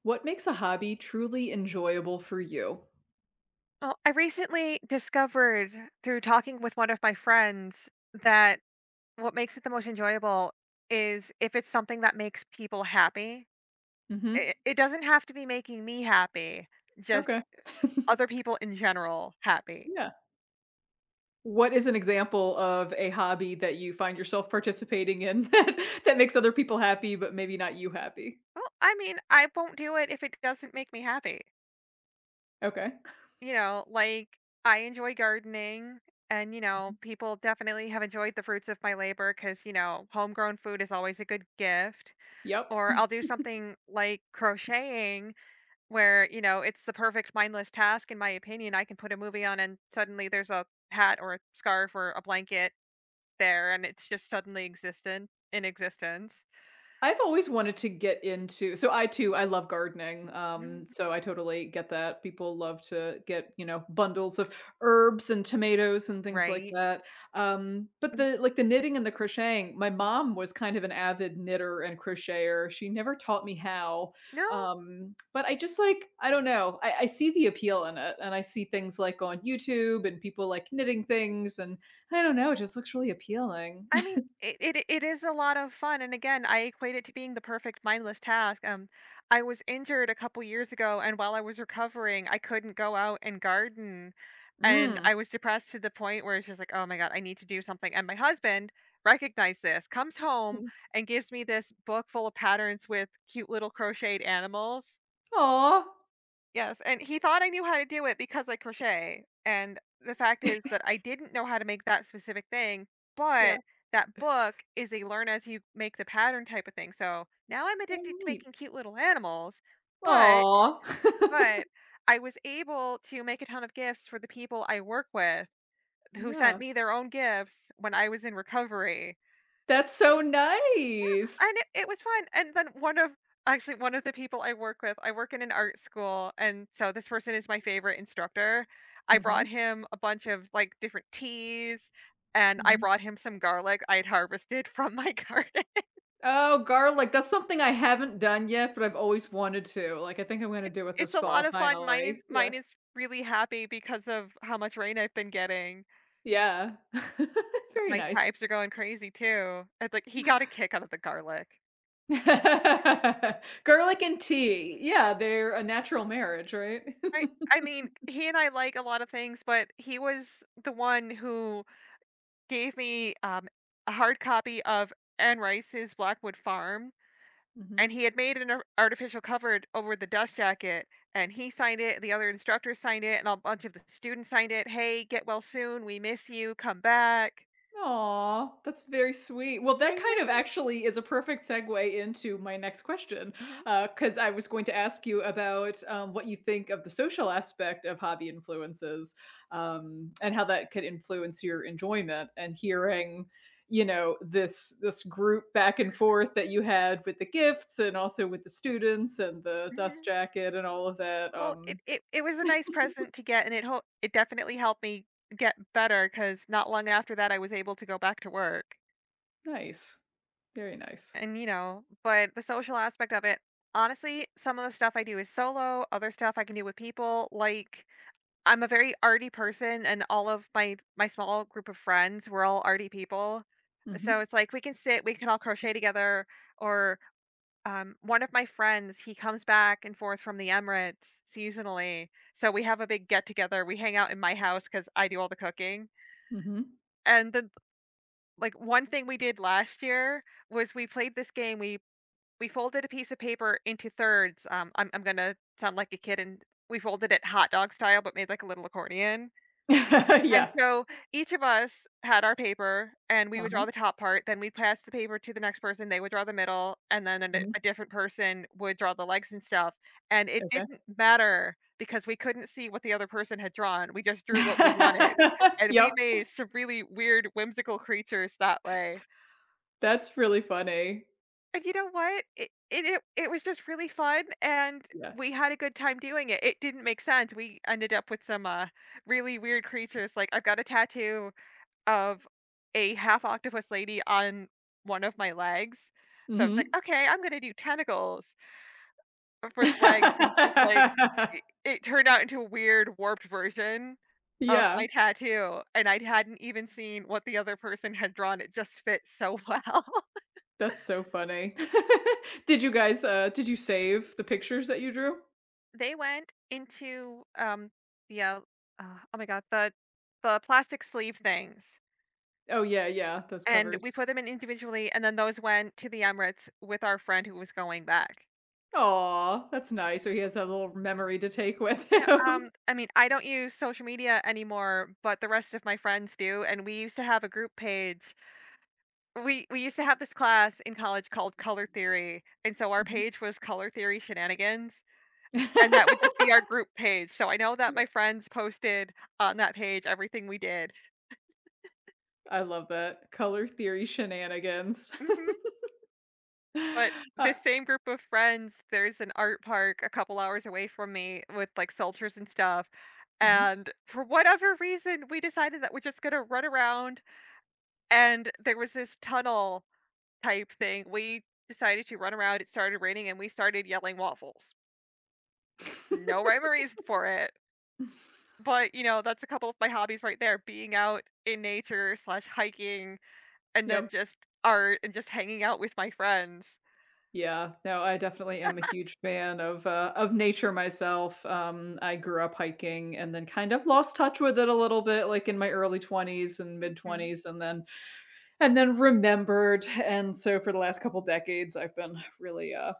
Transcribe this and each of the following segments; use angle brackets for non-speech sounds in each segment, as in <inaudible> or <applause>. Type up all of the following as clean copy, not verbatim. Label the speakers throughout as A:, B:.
A: What makes a hobby truly enjoyable for you?
B: Well, I recently discovered through talking with one of my friends that what makes it the most enjoyable is if it's something that makes people happy.
A: Mhm.
B: It doesn't have to be making me happy, just
A: Okay. <laughs>
B: other people in general happy.
A: Yeah. What is an example of a hobby that you find yourself participating in <laughs> that makes other people happy, but maybe not you happy?
B: Well, I mean, I won't do it if it doesn't make me happy.
A: Okay.
B: You know, like I enjoy gardening, and, you
A: Mhm.
B: know, people definitely have enjoyed the fruits of my labor because, you know, homegrown food is always a good gift,
A: Yep.
B: or I'll do something like crocheting, where, you know, it's the perfect mindless task in my opinion. I can put a movie on and suddenly there's a hat or a scarf or a blanket there, and it's just suddenly existent in existence.
A: I've always wanted to get into, so I too, I love gardening,
B: Mhm.
A: so I totally get that. People love to get bundles of herbs and tomatoes and things like
B: Right?
A: that. But the like the knitting and the crocheting, my mom was kind of an avid knitter and crocheter. She never taught me how.
B: No.
A: But I just like, I don't know, I see the appeal in it, and I see things like on YouTube and people like knitting things, and I don't know, it just looks really appealing.
B: I mean, it is a lot of fun, and again, I equate it to being the perfect mindless task. I was injured a couple years ago, and while I was recovering, I couldn't go out and garden, and
A: <laughs> Mm.
B: I was depressed to the point where it's just like, "Oh my god, I need to do something," and my husband recognized this, comes home, and gives me this book full of patterns with cute little crocheted animals.
A: Aw.
B: Yes, and he thought I knew how to do it because I crochet, and the fact is that I didn't know how to make that specific thing,
A: Yeah.
B: but that book is a learn as you make the pattern type of thing, so now I'm
A: Oh,
B: addicted to
A: neat.
B: making cute little animals, but
A: Aw.
B: but
A: <laughs>
B: I was able to make a ton of gifts for the people I work with who sent
A: Yeah.
B: me their own gifts when I was in recovery.
A: That's so nice.
B: And it was fun, and then one of actually, one of the people I work with, I work in an art school, and so this person is my favorite instructor. I
A: Mhm,
B: brought him a bunch of, like, different teas, and I
A: mhm.
B: brought him some garlic I had harvested from my <laughs> garden.
A: Oh, garlic, that's something I haven't done yet, but I've always wanted to, like, I think I'm gonna
B: It's
A: do it this
B: it's a lot
A: fall
B: of fun. Mine is
A: finally. Yeah.
B: mine is really happy because of how much rain I've been getting.
A: Yeah. <laughs> Very
B: My
A: nice.
B: types are going crazy too. And, like, he got a kick out of the garlic,
A: <laughs> Garlic and tea. Yeah, they're a natural marriage, right?
B: right? I
A: <laughs>
B: mean, he and I like a lot of things, but he was the one who gave me, a hard copy of Anne Rice's Blackwood Farm,
A: Mhm.
B: and he had made an ar artificial cover over the dust jacket, and he signed it, the other instructors signed it, and a bunch of the students signed it, "Hey, get well soon, we miss you, come back."
A: Aw, that's very sweet. Well, that
B: I
A: kind of
B: know.
A: actually is a perfect segue into my next question,
B: Mhm,
A: because I was going to ask you about, what you think of the social aspect of hobby influences, and how that could influence your enjoyment and hearing, this group back and forth that you had with the gifts and also with the students and the dust
B: mhm.
A: jacket and all of that.
B: Well, it was a nice present to get, and it definitely helped me get better, because not long after that, I was able to go back to work.
A: Nice. Very nice.
B: And you know, but the social aspect of it, honestly, some of the stuff I do is solo, other stuff I can do with people. Like I'm a very arty person, and all of my small group of friends, we're all arty people. So
A: Mhm.
B: it's like we can sit, we can all crochet together, or one of my friends, he comes back and forth from the Emirates seasonally. So we have a big get together. We hang out in my house because I do all the cooking.
A: Mhm.
B: And then, like, one thing we did last year was we played this game. We folded a piece of paper into thirds. I'm gonna sound like a kid, and we folded it hot dog style, but made like a little accordion.
A: <laughs>
B: And
A: Yeah.
B: so each of us had our paper, and we would draw
A: Uh-huh.
B: the top part. Then we'd pass the paper to the next person. They would draw the middle, and then a,
A: Mhm.
B: a different person would draw the legs and stuff. And it
A: Okay.
B: didn't matter because we couldn't see what the other person had drawn. We just drew what we wanted,
A: <laughs>
B: and we
A: Yep,
B: made some really weird, whimsical creatures that way.
A: that's really funny.
B: You know what? It was just really fun, and
A: Yeah.
B: we had a good time doing it. It didn't make sense. We ended up with some, really weird creatures, like, I've got a tattoo of a half octopus lady on one of my legs, so I was like,
A: Mhm.
B: "Okay, I'm gonna do tentacles for the legs," and it's just like it
A: <laughs>
B: it turned out into a weird warped version of
A: Yeah,
B: my tattoo, and I hadn't even seen what the other person had drawn. It just fit so well. <laughs>
A: that's so funny. <laughs> Did you guys, did you save the pictures that you drew?
B: They went into, the, uh, oh my god, the plastic sleeve things,
A: Oh, yeah, yeah, those
B: and
A: covers.
B: we put them in individually, and then those went to the Emirates with our friend who was going back.
A: Aw, that's nice, so he has that little memory to take with
B: Yeah,
A: him.
B: I mean, I don't use social media anymore, but the rest of my friends do, and we used to have a group page. We used to have this class in college called Color Theory, and so our
A: Mhm.
B: page was Color Theory Shenanigans, and that would
A: <laughs>
B: just be our group page. So I know that
A: Yeah,
B: my friends posted on that page everything we did.
A: I love that. Color theory shenanigans.
B: Mhm. But
A: <laughs>
B: the
A: Uh
B: same group of friends, there's an art park a couple hours away from me with like sculptures and stuff.
A: mhm.
B: And for whatever reason, we decided that we're just gonna run around. And there was this tunnel type thing. We decided to run around. It started raining and we started yelling waffles. No
A: <laughs>
B: rhyme or reason for it. But you know, that's a couple of my hobbies right there, being out in nature/hiking, and then
A: Yep.
B: just art and just hanging out with my friends.
A: Yeah, no, I definitely am a huge fan of nature myself. I grew up hiking and then kind of lost touch with it a little bit, like, in my early 20s and
B: Mhm.
A: mid-20s, and then remembered, and so for the last couple decades, I've been really,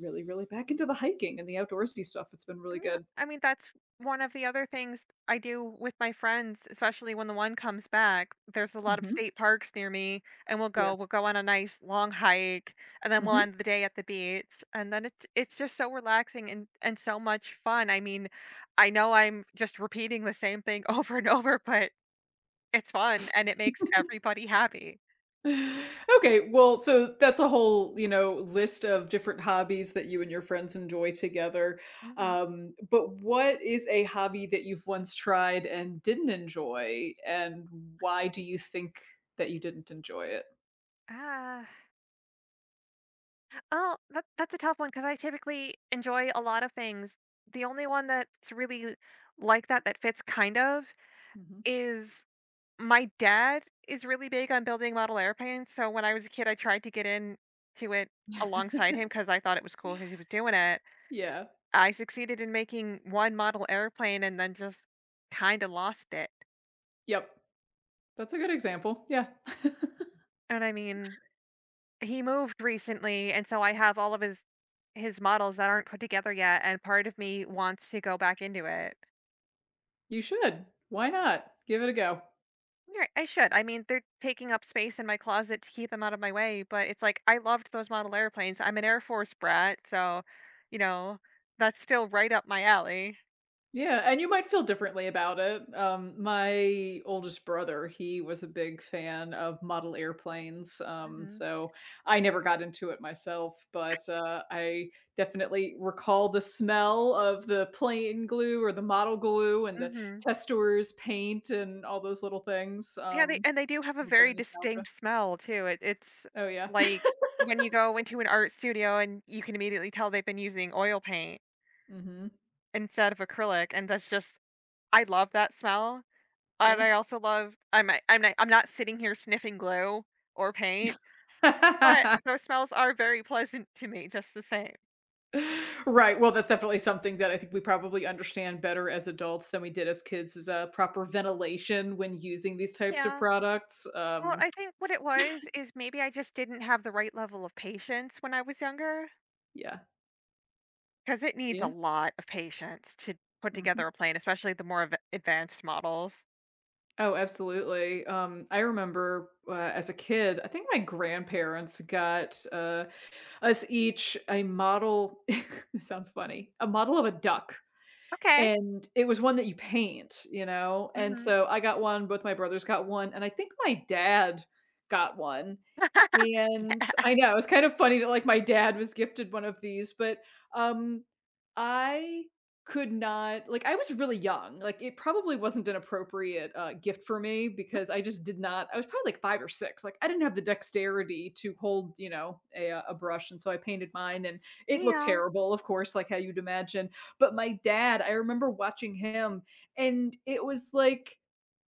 A: really, really back into the hiking and the outdoorsy stuff. It's been really
B: Yeah,
A: good.
B: I mean, that's one of the other things I do with my friends, especially when the one comes back. There's a lot of
A: Mhm.
B: state parks near me, and we'll
A: Yeah.
B: go. We'll go on a nice long hike, and then we'll
A: Mhm.
B: end the day at the beach. And then it's just so relaxing and so much fun. I mean, I know I'm just repeating the same thing <laughs> over and over, but it's fun and it makes everybody happy.
A: Okay, well, so that's a whole list of different hobbies that you and your friends enjoy together.
B: Hmm.
A: But what is a hobby that you've once tried and didn't enjoy, and why do you think that you didn't enjoy it?
B: Ah. Oh, that's a tough one because I typically enjoy a lot of things. The only one that's really like that, that fits kind of,
A: Mhm.
B: is my dad is really big on building model airplanes, so when I was a kid, I tried to get in to it alongside him
A: <laughs>
B: because I thought it was cool because he was doing it.
A: Yeah.
B: I succeeded in making one model airplane and then just kinda lost it,
A: Yep. That's a good example. Yeah. <laughs>
B: and I mean, he moved recently, and so I have all of his models that aren't put together yet, and part of me wants to go back into it.
A: You should. Why not? Give it a go.
B: Right, I should. I mean, they're taking up space in my closet to keep them out of my way, but it's like I loved those model airplanes. I'm an Air Force brat, so you know that's still right up my alley.
A: Yeah, and you might feel differently about it. My oldest brother, he was a big fan of model airplanes.
B: Hmm.
A: So I never got into it myself, but I definitely recall the smell of the plane glue or the model glue and the
B: Hmm.
A: testors paint and all those little things.
B: Yeah, they do have a
A: A bit
B: very
A: of nostalgia.
B: distinct smell too. It's
A: Oh, yeah.
B: like when you go into an art studio and you can immediately tell they've been using oil paint
A: <laughs> Hmm.
B: instead of acrylic, and that's just I love that smell. And
A: Yeah.
B: I also love, I'm not sitting here sniffing glue or paint. But
A: <laughs>
B: those smells are very pleasant to me just the same.
A: Right, well, that's definitely something that I think we probably understand better as adults than we did as kids, is a proper ventilation when using these types of
B: Yeah.
A: products,
B: Well, I think what it was is maybe I just didn't have the right level of patience when I was younger,
A: yeah.
B: because it needs a
A: Yeah,
B: lot of patience to put
A: mhm.
B: together a plane, especially the more advanced models.
A: Oh, absolutely. I remember, as a kid, I think my grandparents got, us each a model <laughs> this sounds funny, a model of a duck,
B: Okay.
A: and it was one that you paint, and
B: Hmm.
A: so I got one, both my brothers got one, and I think my dad got one.
B: <laughs>
A: And I know, it's kind of funny that, like, my dad was gifted one of these, but, um, I could not, like, I was really young, like, it probably wasn't an appropriate, gift for me, because I just did not, I was probably, like, 5 or 6, like, I didn't have the dexterity to hold, a brush, and so I painted mine, and it looked
B: Yeah.
A: terrible, of course, like how you'd imagine. But my dad, I remember watching him, and it was like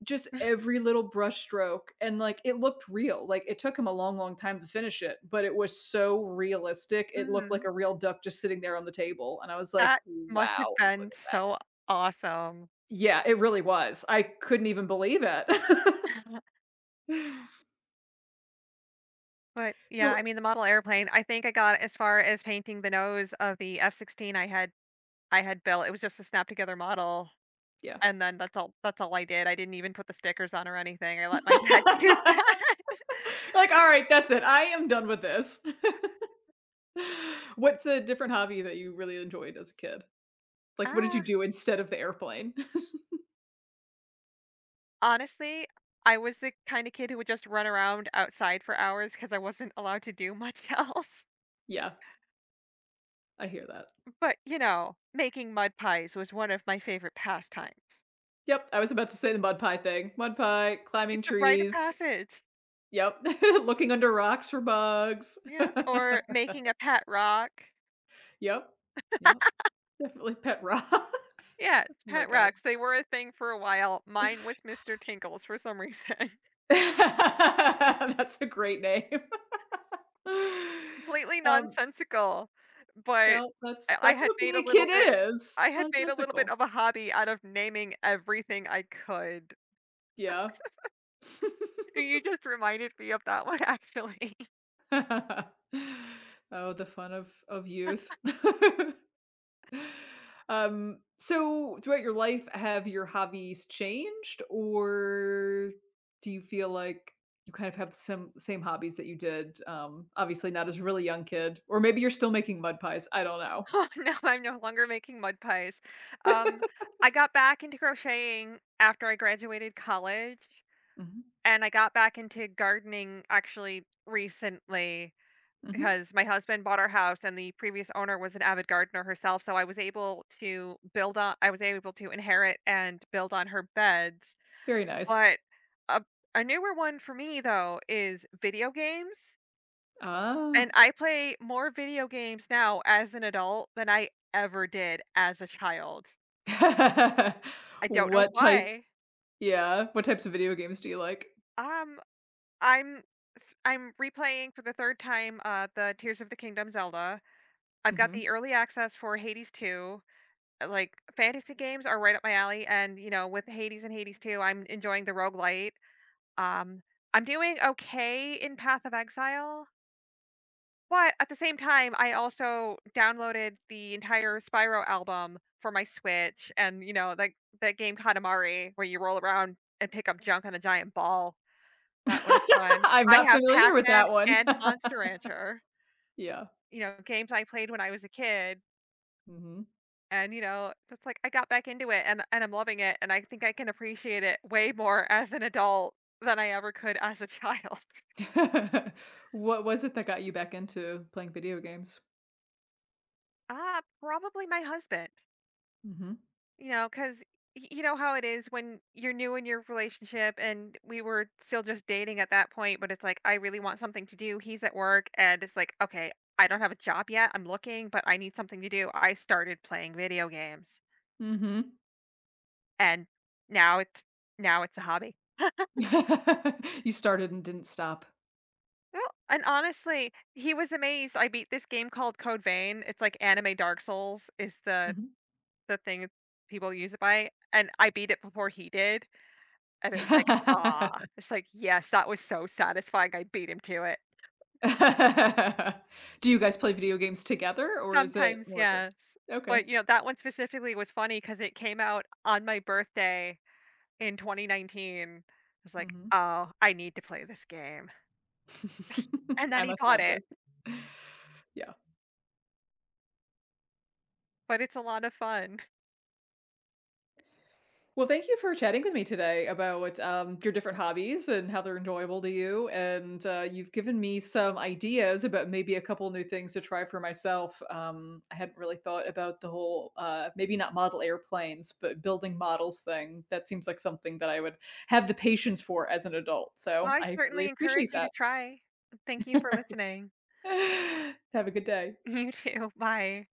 A: just every little brush stroke, and like it looked real, like it took him a long long time to finish it, but it was so realistic, it looked like
B: Hmm.
A: a real duck just sitting there on the table. And I was like,
B: That must have
A: wow, look
B: been
A: at that.
B: so awesome.
A: Yeah, it really was. I couldn't even believe it. <laughs>
B: But yeah, I
A: So
B: mean the model airplane, I think I got as far as painting the nose of the F-16 I had built. It was just a snap together model.
A: yeah.
B: And then that's all I did. I didn't even put the stickers on or anything. I let my dad <laughs> do that.
A: <laughs>
B: <laughs>
A: Like, all right, that's it, I am done with this. <laughs> What's a different hobby that you really enjoyed as a kid, like what did you
B: Ah,
A: do instead of the airplane? <laughs>
B: honestly, I was the kind of kid who would just run around outside for hours because I wasn't allowed to do much <laughs> else.
A: Yeah, I hear that.
B: But, you know, making mud pies was one of my favorite pastimes.
A: Yep, I was about to say the mud pie thing. Mud pie, climbing
B: It's a rite of
A: trees.
B: passage.
A: Yep. <laughs> Looking under rocks for bugs.
B: Yeah,
A: <laughs>
B: or making a pet rock.
A: Yep. Yep. Definitely pet rocks. <laughs>
B: Yes,
A: Oh my
B: pet
A: god.
B: rocks, they were a thing for a while. Mine was Mr. Tinkles for some reason.
A: <laughs> That's a great name. <laughs>
B: Completely
A: Um,
B: nonsensical, but
A: no, that's
B: I I
A: that's
B: had
A: what
B: made
A: being
B: a
A: a kid
B: little bit
A: is.
B: I had made a little bit
A: Nonsensical.
B: of a hobby out of naming everything I could.
A: Yeah.
B: You just reminded me of that one actually. <laughs>
A: <laughs> Oh, the fun of youth. <laughs> So throughout your life, have your hobbies changed, or do you feel like you kind of have some same hobbies that you did? Obviously not as a really young kid, or maybe you're still making mud pies. I don't know.
B: Oh, now I'm no longer making mud pies. Um, I got back into crocheting after I graduated college,
A: Mhm,
B: and I got back into gardening actually recently,
A: mhm.
B: because my husband bought our house and the previous owner was an avid gardener herself, so I was able to inherit and build on her beds.
A: Very nice.
B: But a, a newer one for me though is video games,
A: Ah,
B: and I play more video games now as an adult than I ever did as a child.
A: <laughs>
B: I don't know
A: what type?
B: why.
A: Yeah, what types of video games do you like?
B: Um i'm th- i'm replaying for the third time the Tears of the Kingdom Zelda. I've got
A: Mhm.
B: the early access for Hades 2. Like, fantasy games are right up my alley, and, you know, with Hades and Hades 2, I'm enjoying the roguelite. Um, I'm doing okay in Path of Exile, but at the same time, I also downloaded the entire Spyro album for my Switch and, you know, like that game Katamari where you roll around and pick up junk on a giant ball. That one is
A: <laughs>
B: fun.
A: I'm
B: I
A: not
B: have
A: familiar with
B: Pac-Man
A: that one.
B: and
A: <laughs>
B: Monster Rancher,
A: Yeah.
B: you know, games I played when I was a kid.
A: Mhm.
B: And, you know, it's like I got back into it, and I'm loving it, and I think I can appreciate it way more as an adult than I ever could as a child. <laughs>
A: <laughs> What was it that got you back into playing video games?
B: Ah, probably my husband.
A: Mhm.
B: You know, cause you know how it is when you're new in your relationship and we were still just dating at that point, but it's like, I really want something to do, he's at work, and it's like, "Okay, I don't have a job yet, I'm looking, but I need something to do." I started playing video games,
A: Mhm.
B: and now it's now it's a hobby.
A: <laughs> You started and didn't stop.
B: Well, and honestly, he was amazed. I beat this game called Code Vein. It's like anime Dark Souls is the
A: Mhm.
B: the thing people use it by, and I beat it before he did, and it was like, ah, it's like yes, that was so satisfying. I beat him to it.
A: <laughs> Do you guys play video games together, or is it
B: Sometimes,
A: more of us?
B: yes,
A: Okay.
B: but you know that one specifically was funny because it came out on my birthday in 2019. I was like,
A: Mhm.
B: oh, I need to play this game, and
A: <laughs> I
B: then he
A: must
B: bought
A: have
B: it.
A: this. Yeah.
B: But it's a lot of fun.
A: Well, thank you for chatting with me today about, your different hobbies and how they're enjoyable to you. And you've given me some ideas about maybe a couple new things to try for myself. I hadn't really thought about the whole, maybe not model airplanes, but building models thing. That seems like something that I would have the patience for as an adult. So
B: I
A: I really
B: certainly encourage
A: appreciate
B: you to
A: that.
B: try. Thank you for listening.
A: <sighs> Have a good day.
B: <laughs> You too. Bye.